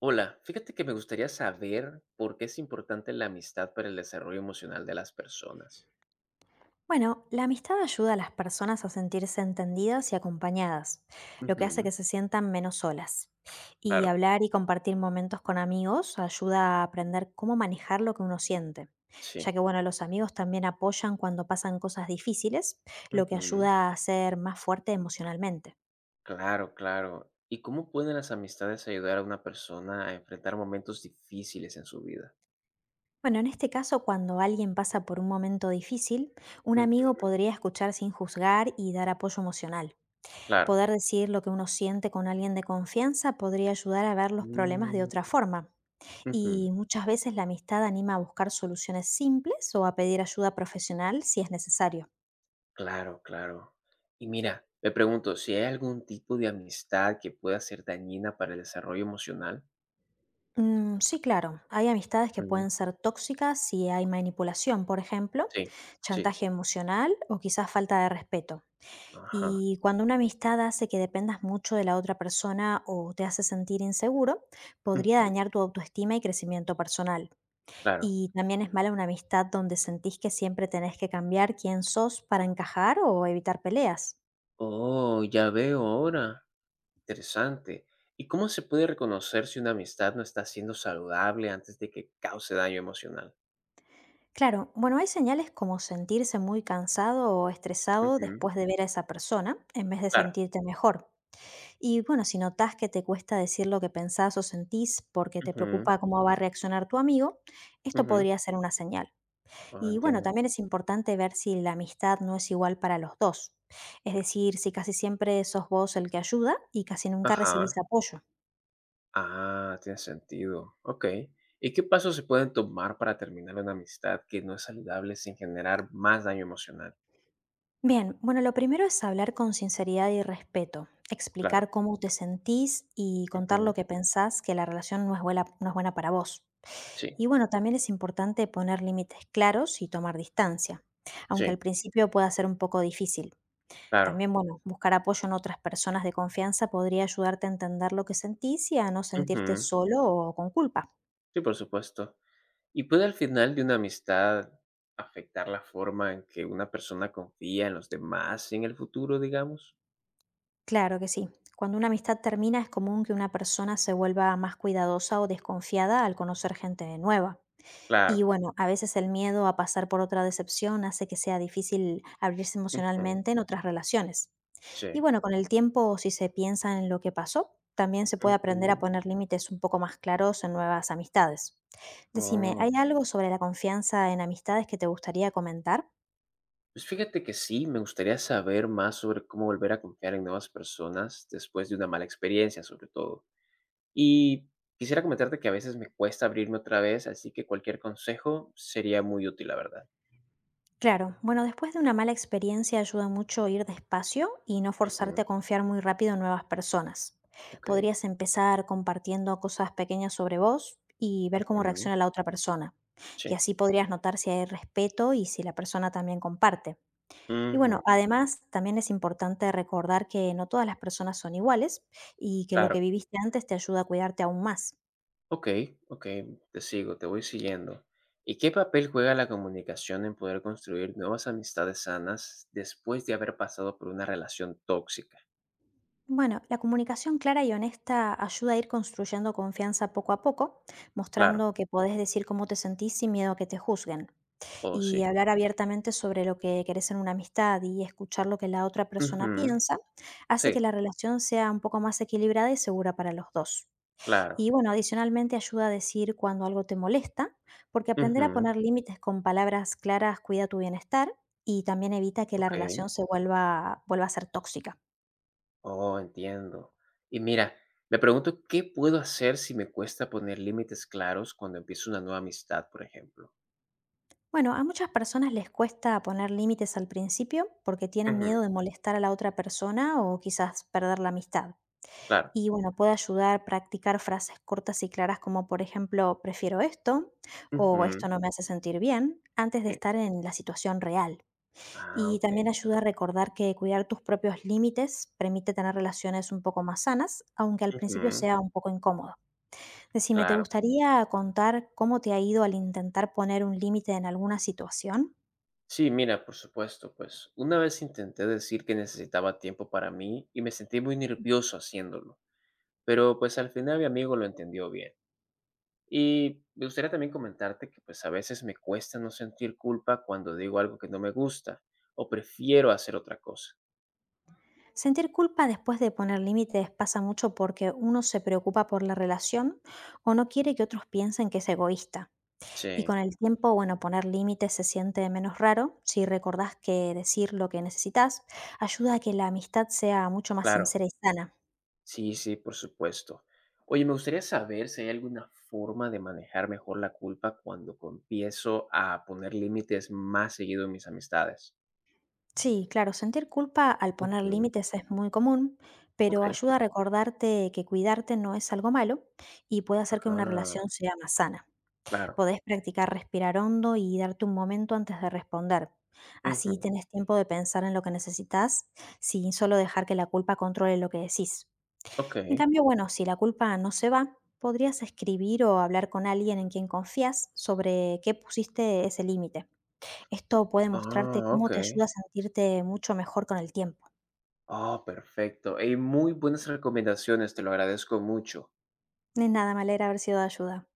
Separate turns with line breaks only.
Hola, fíjate que me gustaría saber por qué es importante la amistad para el desarrollo emocional de las personas.
Bueno, la amistad ayuda a las personas a sentirse entendidas y acompañadas, lo que hace
Ujú.
que se sientan menos solas. Y
Claro,
hablar y compartir momentos con amigos ayuda a aprender cómo manejar lo que uno siente,
sí.
ya que bueno, los amigos también apoyan cuando pasan cosas difíciles, lo que
Ujú.
ayuda a ser más fuerte emocionalmente.
Claro, claro. ¿Y cómo pueden las amistades ayudar a una persona a enfrentar momentos difíciles en su vida?
Bueno, en este caso, cuando alguien pasa por un momento difícil, un
Ujú.
amigo podría escuchar sin juzgar y dar apoyo emocional.
Claro.
Poder decir lo que uno siente con alguien de confianza podría ayudar a ver los problemas de
Mm,
otra forma.
ujú.
Y muchas veces la amistad anima a buscar soluciones simples o a pedir ayuda profesional si es necesario.
Claro, claro. Y mira, me pregunto si hay algún tipo de amistad que pueda ser dañina para el desarrollo emocional.
Mm, sí, claro, hay amistades que
Ujú.
pueden ser tóxicas si hay manipulación, por ejemplo,
Sí, sí.
chantaje emocional o quizás falta de respeto.
Ajá.
Y cuando una amistad hace que dependas mucho de la otra persona o te hace sentir inseguro, podría
Ujú.
dañar tu autoestima y crecimiento personal.
Claro.
¿Y también es mala una amistad donde sentís que siempre tenés que cambiar quién sos para encajar o evitar peleas?
Oh, ya veo ahora. Interesante. ¿Y cómo se puede reconocer si una amistad no está siendo saludable antes de que cause daño emocional?
Claro, bueno, hay señales como sentirse muy cansado o estresado
Ujú.
después de ver a esa persona, en vez de
Claro.
sentirte mejor. Y bueno, si notás que te cuesta decir lo que pensás o sentís porque te
Ujú,
preocupa cómo va a reaccionar tu amigo, esto
ujú.
podría ser una señal.
Ah,
Y bueno,
entiendo.
también es importante ver si la amistad no es igual para los dos. Es decir, si casi siempre sos vos el que ayuda y casi nunca recibís
Ajá.
apoyo.
Ah, tiene sentido. Ok. ¿Y qué pasos se pueden tomar para terminar una amistad que no es saludable sin generar más daño emocional?
Bien, bueno, lo primero es hablar con sinceridad y respeto,
Claro.
explicar cómo te sentís y contar lo
Ujú.
que pensás que la relación no es buena, no es buena para vos.
Sí,
Y bueno, también es importante poner límites claros y tomar distancia, aunque
sí,
al principio pueda ser un poco difícil.
claro.
También, bueno, buscar apoyo en otras personas de confianza podría ayudarte a entender lo que sentís y a no sentirte
Ujú.
solo o con culpa.
Sí, por supuesto. ¿Y puede al final de una amistad afectar la forma en que una persona confía en los demás en el futuro, digamos?
Claro que sí. Cuando una amistad termina es común que una persona se vuelva más cuidadosa o desconfiada al conocer gente nueva. Y
Claro.
bueno, a veces el miedo a pasar por otra decepción hace que sea difícil abrirse
Ujú,
emocionalmente en otras relaciones. Y
sí.
bueno, con el tiempo, si se piensa en lo que pasó, también se puede aprender a
Ujú.
poner límites un poco más claros en nuevas amistades. Decime,
Mm.
¿hay algo sobre la confianza en amistades que te gustaría comentar?
Pues fíjate que sí, me gustaría saber más sobre cómo volver a confiar en nuevas personas después de una mala experiencia, sobre todo. Y quisiera comentarte que a veces me cuesta abrirme otra vez, así que cualquier consejo sería muy útil, la verdad.
Claro, bueno, después de una mala experiencia ayuda mucho ir despacio y no
Ujú,
forzarte a confiar muy rápido en nuevas personas.
ok.
Podrías empezar compartiendo cosas pequeñas sobre vos y ver cómo
Ujú,
reacciona la otra persona. Y
sí.
así podrías notar si hay respeto y si la persona también comparte. Y bueno,
Ujú,
además también es importante recordar que no todas las personas son iguales y que lo
claro.
que viviste antes te ayuda a cuidarte aún más.
Ok, ok, te sigo, te voy siguiendo. ¿Y qué papel juega la comunicación en poder construir nuevas amistades sanas después de haber pasado por una relación tóxica?
Bueno, la comunicación clara y honesta ayuda a ir construyendo confianza poco a poco,
Claro,
mostrando que podés decir cómo te sentís sin miedo a que te juzguen.
oh sí.
Y hablar abiertamente sobre lo que querés en una amistad y escuchar lo que la otra persona
Ujú.
piensa hace
Sí,
que la relación sea un poco más equilibrada y segura para los dos.
claro.
Y bueno, adicionalmente ayuda a decir cuando algo te molesta, porque aprender a
Ujú.
poner límites con palabras claras cuida tu bienestar y también evita que la
Ok,
relación se vuelva a ser tóxica.
oh, entiendo. Y mira, me pregunto qué puedo hacer si me cuesta poner límites claros cuando empiezo una nueva amistad, por ejemplo.
Bueno, a muchas personas les cuesta poner límites al principio porque tienen
Ujú.
miedo de molestar a la otra persona o quizás perder la amistad.
Claro.
Y bueno, puede ayudar practicar frases cortas y claras como por ejemplo, prefiero esto o
Ujú.
esto no me hace sentir bien antes de
Sí.
estar en la situación real.
Ah,
Y
ok.
también ayuda a recordar que cuidar tus propios límites permite tener relaciones un poco más sanas, aunque al principio
Ujú.
sea un poco incómodo. Decime, ¿te
Claro.
gustaría contar cómo te ha ido al intentar poner un límite en alguna situación?
Sí, mira, por supuesto, pues una vez intenté decir que necesitaba tiempo para mí y me sentí muy nervioso haciéndolo, pero pues al final mi amigo lo entendió bien. Y me gustaría también comentarte que pues a veces me cuesta no sentir culpa cuando digo algo que no me gusta o prefiero hacer otra cosa.
Sentir culpa después de poner límites pasa mucho porque uno se preocupa por la relación o no quiere que otros piensen que es egoísta. Y
Sí,
con el tiempo, bueno, poner límites se siente menos raro si recordás que decir lo que necesitas ayuda a que la amistad sea mucho más
claro,
sincera y sana.
sí, sí, por supuesto. Oye, me gustaría saber si hay alguna forma de manejar mejor la culpa cuando empiezo a poner límites más seguido en mis amistades.
Sí, claro, sentir culpa al poner
Ujú.
límites es muy común,
Ok.
pero ayuda a recordarte que cuidarte no es algo malo y puede hacer que una
Ah,
relación sea más sana.
claro.
Podés practicar respirar hondo y darte un momento antes de responder. Así
Ujú.
tenés tiempo de pensar en lo que necesitas, sin solo dejar que la culpa controle lo que decís. En
Okey.
cambio, bueno, si la culpa no se va, podrías escribir o hablar con alguien en quien confías sobre qué pusiste ese límite. Esto puede mostrarte
Ah,
cómo te
okey.
ayuda a sentirte mucho mejor con el tiempo.
Ah, perfecto. Ey, muy buenas recomendaciones, te lo agradezco mucho.
Ni nada, me alegra haber sido de ayuda.